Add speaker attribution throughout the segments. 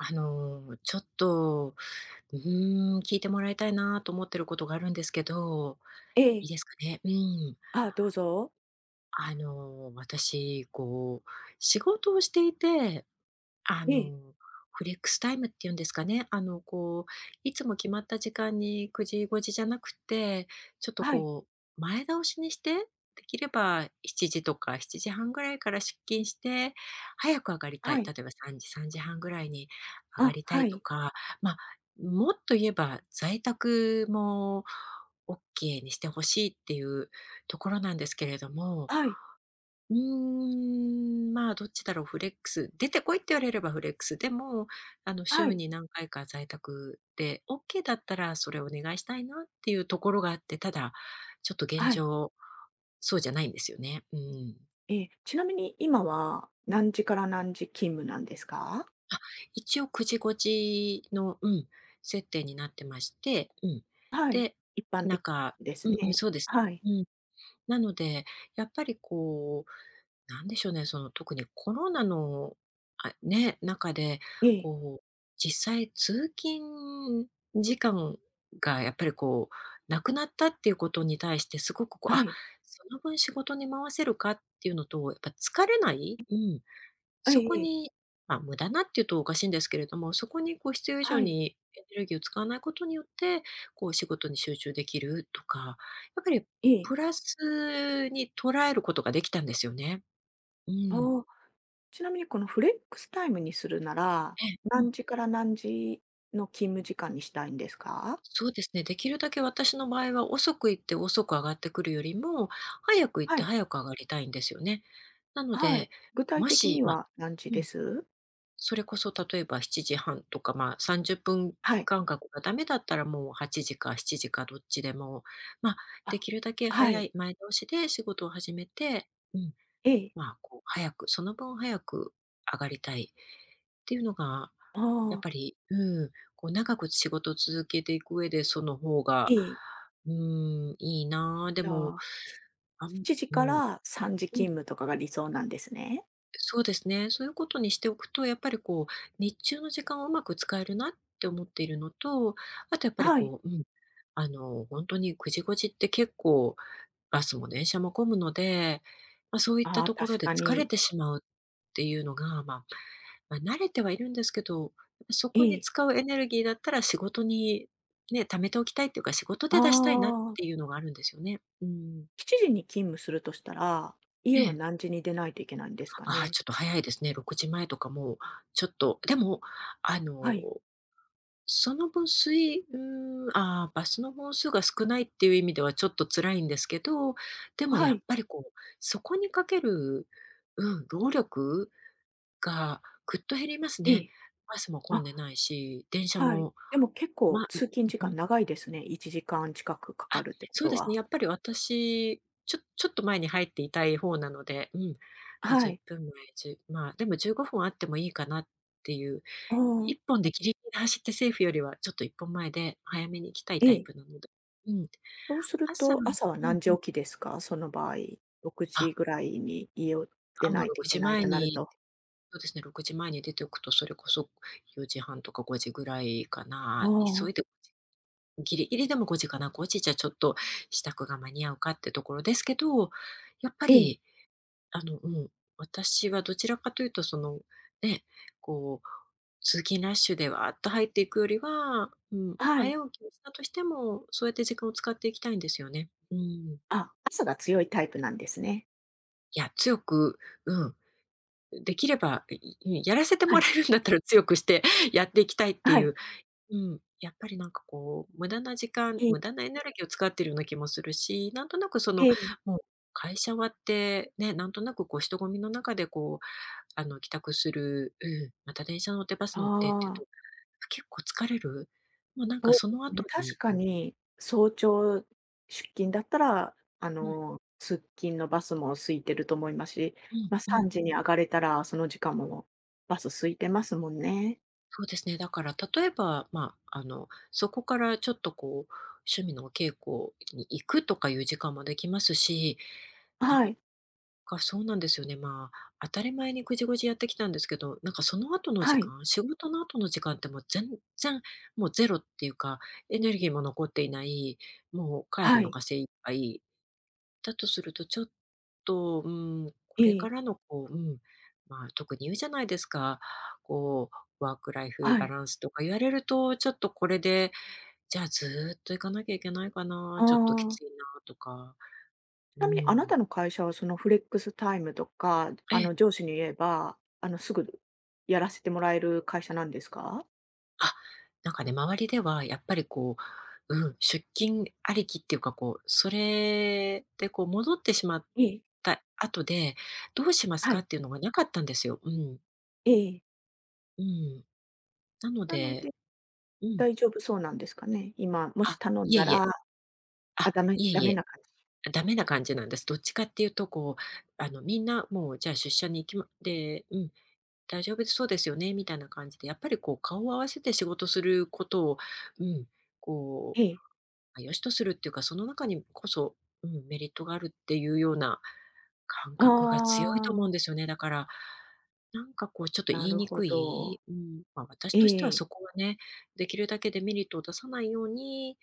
Speaker 1: ちょっと、聞いてもらいたいなと思ってることがあるんですけど、
Speaker 2: え
Speaker 1: いい
Speaker 2: え。
Speaker 1: ですかね？うん。
Speaker 2: あ、どうぞ。
Speaker 1: 私、仕事をしていて、あ
Speaker 2: ええ。
Speaker 1: の、フレックスタイムっていうんですかね。いつも決まった時間に9時、5時じゃなくて、ちょっと
Speaker 2: はい。
Speaker 1: 前倒しにして、できれば7時とか7時半ぐらいから出勤して、早く上がりた
Speaker 2: は
Speaker 1: い。例
Speaker 2: い。
Speaker 1: えば3時、3時半ぐらいに上が
Speaker 2: あ、
Speaker 1: りた
Speaker 2: は
Speaker 1: いと
Speaker 2: い。
Speaker 1: か、まあ、もっと言えば在宅もオ k ケーにしてほしいっていうところなんですけれども、
Speaker 2: はい。
Speaker 1: まあ、どっちだろう、フレックス。出てこいって言われればフレックス。でも、
Speaker 2: は
Speaker 1: 週
Speaker 2: い。
Speaker 1: に何回か在宅で、オッケーだったらそれお願いしたいなっていうところがあって、ただ、ちょっと現
Speaker 2: はい。
Speaker 1: 状、そうじゃないんですよね。うん。
Speaker 2: ええ。ちなみに今は
Speaker 1: うん。
Speaker 2: 何時から何時勤務なんですか？
Speaker 1: あ、一応くじこじの、設定になってまして、うん。
Speaker 2: はい。
Speaker 1: で、
Speaker 2: 一般
Speaker 1: な
Speaker 2: 的
Speaker 1: んか
Speaker 2: です
Speaker 1: うんうん、
Speaker 2: ね。
Speaker 1: そうです。
Speaker 2: はい。
Speaker 1: うん。なので、やっぱりこうなんでしょうね、その特にコロナの、あ、ね、中で、
Speaker 2: ええ。
Speaker 1: こう、実際通勤時間がやっぱりこう、なくなったっていうことに対してすごくこう、
Speaker 2: は
Speaker 1: あ、
Speaker 2: い。
Speaker 1: その分仕事に回せるかっていうのと、やっぱ疲れない、
Speaker 2: え
Speaker 1: そ
Speaker 2: え
Speaker 1: こ
Speaker 2: ええ。
Speaker 1: に、まあ、無駄なっていうとおかしいんですけれども、そこにこう必要以上
Speaker 2: はい。
Speaker 1: にエネルギーを使わないことによって、こう仕事に集中できるとか、やっぱり
Speaker 2: ええ。
Speaker 1: プラスに捉えることができたんですよね。う
Speaker 2: あ
Speaker 1: ん。
Speaker 2: あ、ちなみにこのフレックスタイムにするなら、
Speaker 1: ええ、うん、
Speaker 2: 何時から何時の勤務時間にしたいんですか？
Speaker 1: そうですね。できるだけ私の場合は遅く行って遅く上がってくるよりも、早く行っ
Speaker 2: は
Speaker 1: て
Speaker 2: い。
Speaker 1: 早く上がりたいんですよね。なの
Speaker 2: はい。
Speaker 1: で、
Speaker 2: 具体
Speaker 1: も
Speaker 2: 的
Speaker 1: し、
Speaker 2: に
Speaker 1: ま、
Speaker 2: は何時
Speaker 1: う
Speaker 2: で
Speaker 1: ん、
Speaker 2: す？
Speaker 1: それこそ例えば7時半とか、まあ、30分
Speaker 2: はい。
Speaker 1: 間隔がダメだったらもう8時か7時かどっちでも、ま、で
Speaker 2: あ、
Speaker 1: きるだけ
Speaker 2: は
Speaker 1: 早
Speaker 2: い。
Speaker 1: い前倒しで仕事を始めてうん、
Speaker 2: ええ。
Speaker 1: まあ、こう早く、その分早く上がりたいっていうのが、
Speaker 2: あ
Speaker 1: やっぱ
Speaker 2: あ。
Speaker 1: り、こう長く仕事を続けていく上でその方
Speaker 2: え
Speaker 1: が、
Speaker 2: え、
Speaker 1: うん、いいなあ。で
Speaker 2: じゃ
Speaker 1: も、
Speaker 2: あ、
Speaker 1: あん
Speaker 2: 7時
Speaker 1: う
Speaker 2: か
Speaker 1: ん、
Speaker 2: ら3時
Speaker 1: う
Speaker 2: 勤
Speaker 1: ん、
Speaker 2: 務とかが理想なんですね。
Speaker 1: そうですね。そういうことにしておくと、やっぱりこう、日中の時間をうまく使えるなって思っているのと、あとやっぱり
Speaker 2: はい。
Speaker 1: こう、うん、本当に9時5時って結構バスも電車も混むので、まあ、そういった
Speaker 2: ああ、
Speaker 1: ところ
Speaker 2: 確
Speaker 1: で
Speaker 2: か
Speaker 1: 疲れ
Speaker 2: に。
Speaker 1: てしまうっていうのが、まあ、慣れてはいるんですけど、そ
Speaker 2: え
Speaker 1: こに
Speaker 2: え。
Speaker 1: 使うエネルギーだったら仕事にね、貯めておきたいっていうか、仕事
Speaker 2: あ
Speaker 1: で出したいなっ
Speaker 2: あ、
Speaker 1: ていうのがあるんですよね。うん。
Speaker 2: 7時に勤務するとしたら、家
Speaker 1: え
Speaker 2: は
Speaker 1: え。
Speaker 2: 何時に出ないといけないんですか
Speaker 1: ああ、
Speaker 2: ね？
Speaker 1: ちょっと早いですね。6時前とかもちょっと、でも、あ
Speaker 2: は
Speaker 1: の、
Speaker 2: い。
Speaker 1: その分水うーああ、バスの本数が少ないっていう意味ではちょっと辛いんですけど、でも
Speaker 2: は
Speaker 1: やっ
Speaker 2: い。
Speaker 1: ぱりこう、そこにかける、うん、労力がぐっと減ります
Speaker 2: え
Speaker 1: ね。
Speaker 2: え。
Speaker 1: バスも混んで
Speaker 2: あ、
Speaker 1: ないし、電車
Speaker 2: はい。
Speaker 1: も
Speaker 2: でも結
Speaker 1: ま、
Speaker 2: 構
Speaker 1: あ、う
Speaker 2: 通勤時
Speaker 1: う
Speaker 2: 間
Speaker 1: ん。
Speaker 2: 長いですね。1時間近くかか
Speaker 1: あ、
Speaker 2: るってこ
Speaker 1: そう
Speaker 2: と
Speaker 1: ですね、
Speaker 2: は。
Speaker 1: やっぱり私、ちょっと前に入っていたい方なので、うん。ま、
Speaker 2: は
Speaker 1: 10
Speaker 2: い。
Speaker 1: 分前、1まあ、でも15分あってもいいかなっていう、
Speaker 2: ああ、
Speaker 1: 1本でギリギリで走ってセーフよりはちょっと1本前で早めに行きたい
Speaker 2: え
Speaker 1: タイ
Speaker 2: え。
Speaker 1: プなので。うん。
Speaker 2: そうする
Speaker 1: 朝う
Speaker 2: と
Speaker 1: ん
Speaker 2: 朝は何
Speaker 1: う
Speaker 2: 時
Speaker 1: ん。
Speaker 2: 起きですか？その場合。6時ぐ
Speaker 1: あ、
Speaker 2: らいに家を出
Speaker 1: あ、も
Speaker 2: な
Speaker 1: う
Speaker 2: いとい
Speaker 1: 6
Speaker 2: けな
Speaker 1: 時
Speaker 2: い
Speaker 1: 前
Speaker 2: となる
Speaker 1: に
Speaker 2: と。
Speaker 1: そうですね、6時前に出ておくと、それこそ4時半とか5時ぐらいか
Speaker 2: あ
Speaker 1: な。急
Speaker 2: あ、
Speaker 1: いでギリギリでも5時かな、5時じゃちょっと支度が間に合うかってところですけど、やっぱ
Speaker 2: ええ。
Speaker 1: り、あの、うん、私はどちらかというと、その、ね、こう、通勤ラッシュでわーっと入っていくよりは、うん、
Speaker 2: はい。
Speaker 1: 早起きをしたとしても、そうやって時間を使っていきたいんですよね。うん。
Speaker 2: あ、朝が強いタイプなんですね。
Speaker 1: いや、強く、うん、できれば、いいやらせて
Speaker 2: は
Speaker 1: もら
Speaker 2: い。
Speaker 1: えるんだったら強くして やっていきたいって
Speaker 2: は
Speaker 1: い
Speaker 2: い。
Speaker 1: う、うん、やっぱりなんかこう、無駄な時間、
Speaker 2: え
Speaker 1: 無
Speaker 2: え
Speaker 1: 駄なエネルギーを使ってるような気もするし、なんとなくその、
Speaker 2: ええ。
Speaker 1: もう会社終わって、ね、なんとなくこう人混みの中でこう、帰宅する、うん、また電車乗ってバス乗ってっていう
Speaker 2: あ
Speaker 1: と、
Speaker 2: あ、
Speaker 1: 結構疲れる。もうなんか
Speaker 2: そう
Speaker 1: そ
Speaker 2: で
Speaker 1: の
Speaker 2: すね。
Speaker 1: 後
Speaker 2: 確
Speaker 1: に、
Speaker 2: かに早朝出勤だったら、
Speaker 1: うん、
Speaker 2: 通勤のバスも空いてると思いますし、
Speaker 1: うん、
Speaker 2: まあ、
Speaker 1: う
Speaker 2: 3
Speaker 1: ん。
Speaker 2: 時に上がれたら、その時間もバス空いてますもんね。
Speaker 1: そうですね。だから例えば、まあ、そこからちょっとこう、趣味のお稽古に行くとかいう時間もできますし、な
Speaker 2: は
Speaker 1: ん
Speaker 2: い。
Speaker 1: か、そうなんですよね。まあ、当たり前にぐじぐじやってきたんですけど、なんかその後の
Speaker 2: は
Speaker 1: 時
Speaker 2: い。
Speaker 1: 間、仕事の後の時間ってもう全然、もうゼロっていうか、エネルギーも残っていない、もう帰る
Speaker 2: は
Speaker 1: の
Speaker 2: い。
Speaker 1: が精一杯だとすると、ちょっと、うん、こ
Speaker 2: え
Speaker 1: れか
Speaker 2: え。
Speaker 1: らのこう、うん、まあ、特に言うじゃないですか、こう、ワークライフ
Speaker 2: は
Speaker 1: バ
Speaker 2: い。
Speaker 1: ランスとか言われると、ちょっとこれで、じゃあずーっと行かなきゃいけないか
Speaker 2: あ
Speaker 1: な、ちょっとき
Speaker 2: あ。
Speaker 1: ついなとか、
Speaker 2: ち
Speaker 1: う
Speaker 2: なみにあな
Speaker 1: ん、
Speaker 2: たの会社は、そのフレックスタイムとか、
Speaker 1: ええ
Speaker 2: 上司に言えば、すぐやらせてもらえる会社なんですか？
Speaker 1: あ、なんかね、周りではやっぱりこう、うん、出勤ありきっていうか、こう、それでこう戻ってしまっ
Speaker 2: ええ、
Speaker 1: た後で、どうします
Speaker 2: は
Speaker 1: か
Speaker 2: い、
Speaker 1: っていうのがなかったんですよ。うん。
Speaker 2: ええ、
Speaker 1: うん。なの
Speaker 2: なので、
Speaker 1: で、うん。
Speaker 2: 大丈夫そうなんですかね？今、もし
Speaker 1: あ、
Speaker 2: 頼ん
Speaker 1: いえ
Speaker 2: だ
Speaker 1: い
Speaker 2: ら、
Speaker 1: え。あ、
Speaker 2: あ、ダメ
Speaker 1: いえ
Speaker 2: ダ
Speaker 1: い
Speaker 2: メ
Speaker 1: え。
Speaker 2: な感じ。
Speaker 1: ダメな感じなんです。どっちかっていうと、こう、みんなもう、じゃあ出社に行きまで、うん、大丈夫そうですよね、みたいな感じで、やっぱりこう、顔を合わせて仕事することを、うん、こ
Speaker 2: え
Speaker 1: う、
Speaker 2: え。
Speaker 1: ま、良しとするっていうか、その中にこそ、うん、メリットがあるっていうような感
Speaker 2: あ
Speaker 1: 覚が強いと思
Speaker 2: あ、
Speaker 1: うんですよね。だから、なんかこうちょっと言
Speaker 2: な
Speaker 1: い
Speaker 2: る
Speaker 1: に
Speaker 2: ほ
Speaker 1: く
Speaker 2: ど。
Speaker 1: い、うん、まあ、私としては
Speaker 2: ええ、
Speaker 1: そこはね、できるだけデメリットを出さないように、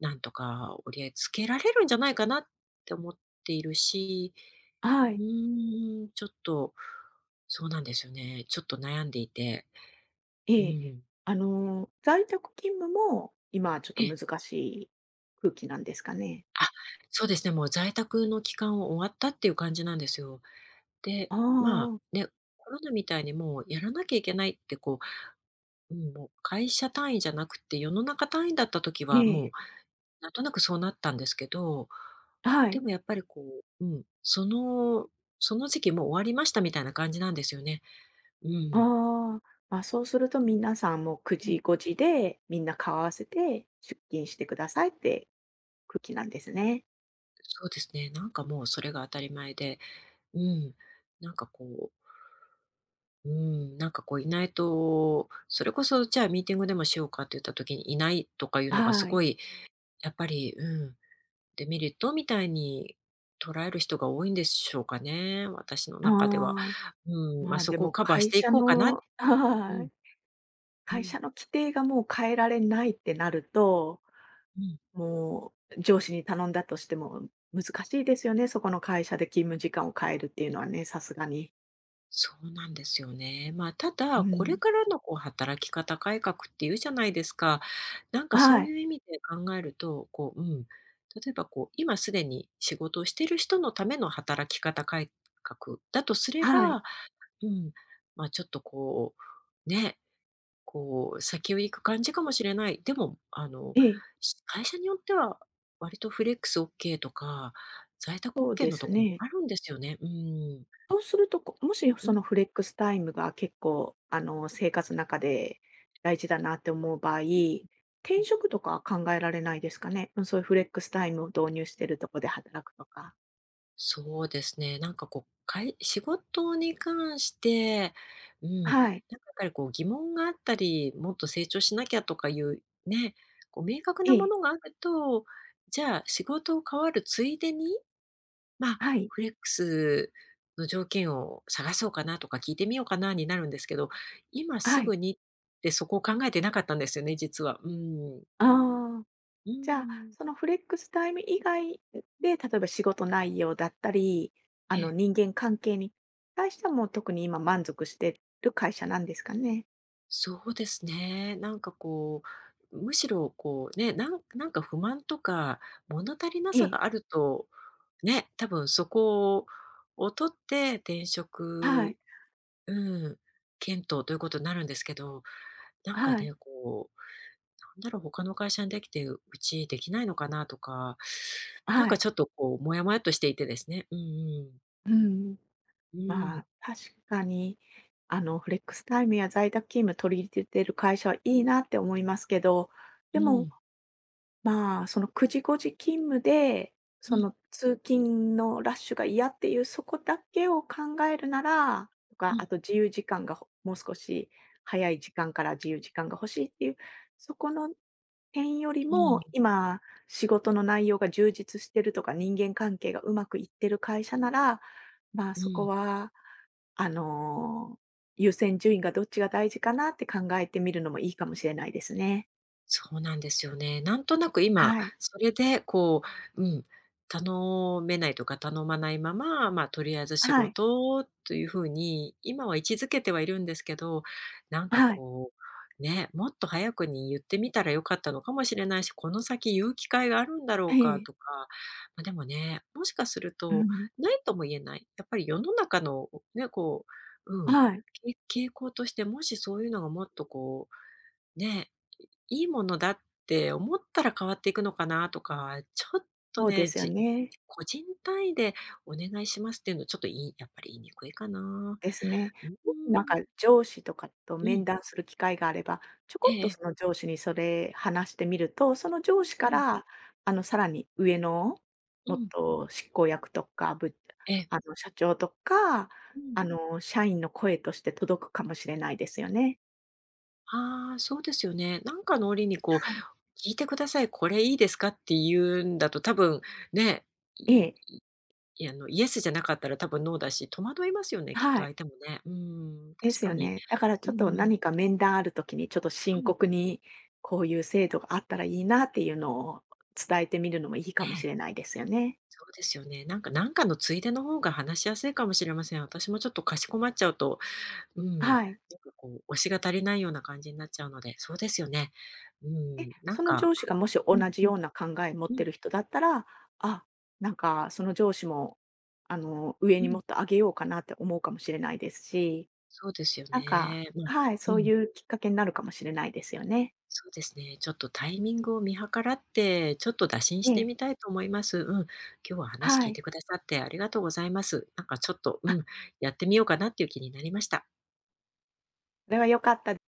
Speaker 1: なんとか折り合いつけられるんじゃないかなって思っているし、
Speaker 2: はい、
Speaker 1: ちょっと、そうなんですよね。ちょっと悩んでいて、う
Speaker 2: ええ。
Speaker 1: ん。
Speaker 2: 在宅勤務も、今ちょっと
Speaker 1: ええ。
Speaker 2: 難しい空気なんですかね？
Speaker 1: あ、そうですね、もう在宅の期間を終わったっていう感じなんですよ。で、
Speaker 2: あ
Speaker 1: まあ、
Speaker 2: あ、
Speaker 1: ね、コロナみたいにもうやらなきゃいけないってこう、うん、もう会社単位じゃなくて世の中単位だった時
Speaker 2: え
Speaker 1: は
Speaker 2: え、
Speaker 1: もうなんとなくそうなったんですけど、
Speaker 2: は
Speaker 1: で
Speaker 2: い、
Speaker 1: もやっぱりこう、うん、その時期もう終わりましたみたいな感じなんですよね。う
Speaker 2: あ
Speaker 1: ん。
Speaker 2: あ、まあ、そうすると皆さんもう9
Speaker 1: うん、
Speaker 2: 時、5時で、みんな顔合わせて出勤してくださいって空気なんですね。
Speaker 1: そうですね。なんかもうそれが当たり前で、うん。なんかこう、うん、なんかこういないと、それこそじゃあミーティングでもしようかって言った時にいないとかいうのがす
Speaker 2: はい、
Speaker 1: ごいやっぱり、デメリットみたいに捉える人が多いんでしょうかね、私の中では。
Speaker 2: ああ。
Speaker 1: うん、ま
Speaker 2: ま
Speaker 1: あ、
Speaker 2: あ、
Speaker 1: そ
Speaker 2: で
Speaker 1: こを
Speaker 2: も
Speaker 1: カバーし
Speaker 2: 会
Speaker 1: てい
Speaker 2: 社
Speaker 1: こうかな
Speaker 2: の
Speaker 1: う
Speaker 2: は
Speaker 1: ん、
Speaker 2: い。
Speaker 1: う
Speaker 2: 会
Speaker 1: ん、
Speaker 2: 社の規定がもう変えられないってなると、
Speaker 1: うん。
Speaker 2: もう上司に頼んだとしても難しいですよね、そこの会社で勤務時間を変えるっていうのはね、さすがに。
Speaker 1: そうなんですよね。まあ、た
Speaker 2: う
Speaker 1: だ、これ
Speaker 2: ん。
Speaker 1: からのこう働き方改革っていうじゃないですか。なんかそ
Speaker 2: は
Speaker 1: う
Speaker 2: い、
Speaker 1: いう意味で考えると、例えば今すでに仕事をしている人のための働き方改革だとすれ
Speaker 2: はい。
Speaker 1: ば、うん、まあ、ちょっとこう、ね、こう、先を行く感じかもしれない。でも、
Speaker 2: ええ、
Speaker 1: 会社によっては、割とフレックス OK とか、在宅
Speaker 2: そう
Speaker 1: OK
Speaker 2: で
Speaker 1: のと
Speaker 2: す
Speaker 1: こも
Speaker 2: ね。
Speaker 1: あるんですよね。
Speaker 2: そうすると、もし
Speaker 1: う
Speaker 2: その
Speaker 1: ん、
Speaker 2: フレックスタイムが結構、生活の中で大事だなって思う場合、
Speaker 1: うん、う
Speaker 2: 転
Speaker 1: ん。
Speaker 2: 職とかは考えられないですかね？うん、そういうフレックスタイムを導入してるとこで働くとか。
Speaker 1: そうですね。仕事に関して、うん、なんか
Speaker 2: はい。
Speaker 1: やっぱり疑問があったり、もっと成長しなきゃとかいうね、明確
Speaker 2: え
Speaker 1: なも
Speaker 2: え、
Speaker 1: のがあると、じゃあ仕事を変わるついでに、まあ、
Speaker 2: はい、
Speaker 1: フレックスの条件を探そうかなとか聞いてみようかなになるんですけど、今す
Speaker 2: はい。
Speaker 1: ぐにってそこを考えてなかったんですよね、実は。うん。
Speaker 2: ああ、
Speaker 1: う
Speaker 2: じゃあ、
Speaker 1: ん。
Speaker 2: そのフレックスタイム以外で、例えば仕事内容だったり、
Speaker 1: ええ。
Speaker 2: 人間関係に対してはもう特に今満足してる会社なんですかね？
Speaker 1: そうですね。むしろなんか不満とか物足りな
Speaker 2: え
Speaker 1: さ
Speaker 2: え、
Speaker 1: があると、ね、多分そこを取って転
Speaker 2: はい、
Speaker 1: 職、うん、検討ということになるんですけど、なんか
Speaker 2: はい、
Speaker 1: ね、なんだろう、他の会社にできて、うちできないのかなとか、なん
Speaker 2: は
Speaker 1: か
Speaker 2: い。
Speaker 1: ちょっとこう、もやもやっとしていてですね。うん、うん。
Speaker 2: うん。
Speaker 1: う
Speaker 2: ま
Speaker 1: ん。
Speaker 2: あ、確かに、フレックスタイムや在宅勤務取り入れてる会社はいいなって思いますけど、
Speaker 1: う
Speaker 2: でも
Speaker 1: ん。
Speaker 2: まあ、その9時5時勤務で、
Speaker 1: う
Speaker 2: そ
Speaker 1: ん。
Speaker 2: の通勤のラッシュが嫌っていうそこだけを考えるなら、と
Speaker 1: う
Speaker 2: か、あ
Speaker 1: ん。
Speaker 2: と自由時間がもう少し早い時間から自由時間が欲しいっていう、そこの点より
Speaker 1: う
Speaker 2: も、
Speaker 1: ん。
Speaker 2: 今仕事の内容が充実してるとか、人間関係がうまくいってる会社なら、まあ、
Speaker 1: う
Speaker 2: そこ
Speaker 1: ん。
Speaker 2: は、あの、優先順位がどっちが大事かなって考えてみるのもいいかもしれないですね。
Speaker 1: そうなんですよね。なんとなく今、
Speaker 2: はい。
Speaker 1: それでこう、うん、頼めないとか頼まないまま、まあ、とりあえず仕
Speaker 2: はい。
Speaker 1: 事という風に、今は位置づけてはいるんですけど、なんか
Speaker 2: はい。
Speaker 1: こもっと早くに言ってみたら良かったのかもしれないし、この先言う機会があるんだろうか
Speaker 2: え
Speaker 1: と
Speaker 2: え。
Speaker 1: か、まあ、でもね、もしかする
Speaker 2: う
Speaker 1: と、
Speaker 2: ん、
Speaker 1: ないとも言えない。やっぱり世の中のね、こう、うん、
Speaker 2: はい、
Speaker 1: 傾向として、もしそういうのがもっとねいいものだって思ったら変わっていくのかなとか、ちょっと
Speaker 2: そうで
Speaker 1: ね、
Speaker 2: すよ
Speaker 1: じ
Speaker 2: ね。
Speaker 1: 個人単位でお願いしますっていうのちょっとやっぱり言いにくいかな。
Speaker 2: ですね。
Speaker 1: うー
Speaker 2: もしなんか
Speaker 1: ん。
Speaker 2: 上司とかと
Speaker 1: う
Speaker 2: 面
Speaker 1: ん。
Speaker 2: 談する機会があれば、ちょ
Speaker 1: え
Speaker 2: こっとそ
Speaker 1: え、
Speaker 2: の上司にそれ話してみると、その上司
Speaker 1: う
Speaker 2: か
Speaker 1: ん、
Speaker 2: ら、さらに上の、
Speaker 1: う
Speaker 2: もっ
Speaker 1: ん。
Speaker 2: と執行役とか、ぶ
Speaker 1: ええ。
Speaker 2: あの、社長とか、
Speaker 1: うん。
Speaker 2: 社員の声として届くかもしれないですよね。
Speaker 1: ああ、そうですよね。なんかの折に
Speaker 2: はい。
Speaker 1: 聞いてください、これいいですかって言うんだと多分ね、
Speaker 2: え
Speaker 1: い
Speaker 2: え、
Speaker 1: あの、イエスじゃなかったら多分ノーだし、戸惑いますよね、きっ
Speaker 2: は
Speaker 1: と相
Speaker 2: い。
Speaker 1: 手もね。うん、
Speaker 2: で
Speaker 1: 確
Speaker 2: す
Speaker 1: か
Speaker 2: よ
Speaker 1: に。
Speaker 2: ね。だからち
Speaker 1: う
Speaker 2: ょっと
Speaker 1: ん、
Speaker 2: 何か面談あるときに、ちょっと
Speaker 1: う
Speaker 2: 深
Speaker 1: ん、
Speaker 2: 刻にこういう制度があったらいいなっていうのを伝えてみるのもいいか
Speaker 1: ね
Speaker 2: もしれ
Speaker 1: え。
Speaker 2: ないですよね。
Speaker 1: そうですよね。なんかのついでの方が話しやすいかもしれません。私もちょっとかしこまっちゃうと、うん、なん
Speaker 2: はい。
Speaker 1: か推しが足りないような感じになっちゃうので、そうですよね。う
Speaker 2: え、
Speaker 1: ん、なん
Speaker 2: その
Speaker 1: か、
Speaker 2: 上司がもし同
Speaker 1: うん、
Speaker 2: じ
Speaker 1: うん、
Speaker 2: ような考え持っ
Speaker 1: う
Speaker 2: て
Speaker 1: ん、
Speaker 2: る人だったら、あ、なんかその上司も、上
Speaker 1: う
Speaker 2: に
Speaker 1: ん、
Speaker 2: もっと上げようかなって思うかもしれないですし、
Speaker 1: そうですよ
Speaker 2: なんか、
Speaker 1: ね。まあ、
Speaker 2: はい、
Speaker 1: う
Speaker 2: そうい
Speaker 1: ん、
Speaker 2: うきっかけになるかもしれないですよね。
Speaker 1: そうですね。ちょっとタイミングを見計らって、ちょっと打診
Speaker 2: え
Speaker 1: して
Speaker 2: え、
Speaker 1: みたいと思います。うん、今日は話
Speaker 2: は
Speaker 1: 聞いて
Speaker 2: い。
Speaker 1: くださってありがとうございます。なんかちょっと、う
Speaker 2: あ、
Speaker 1: ん、やってみようかなっていう気になりました。
Speaker 2: それは良かったです。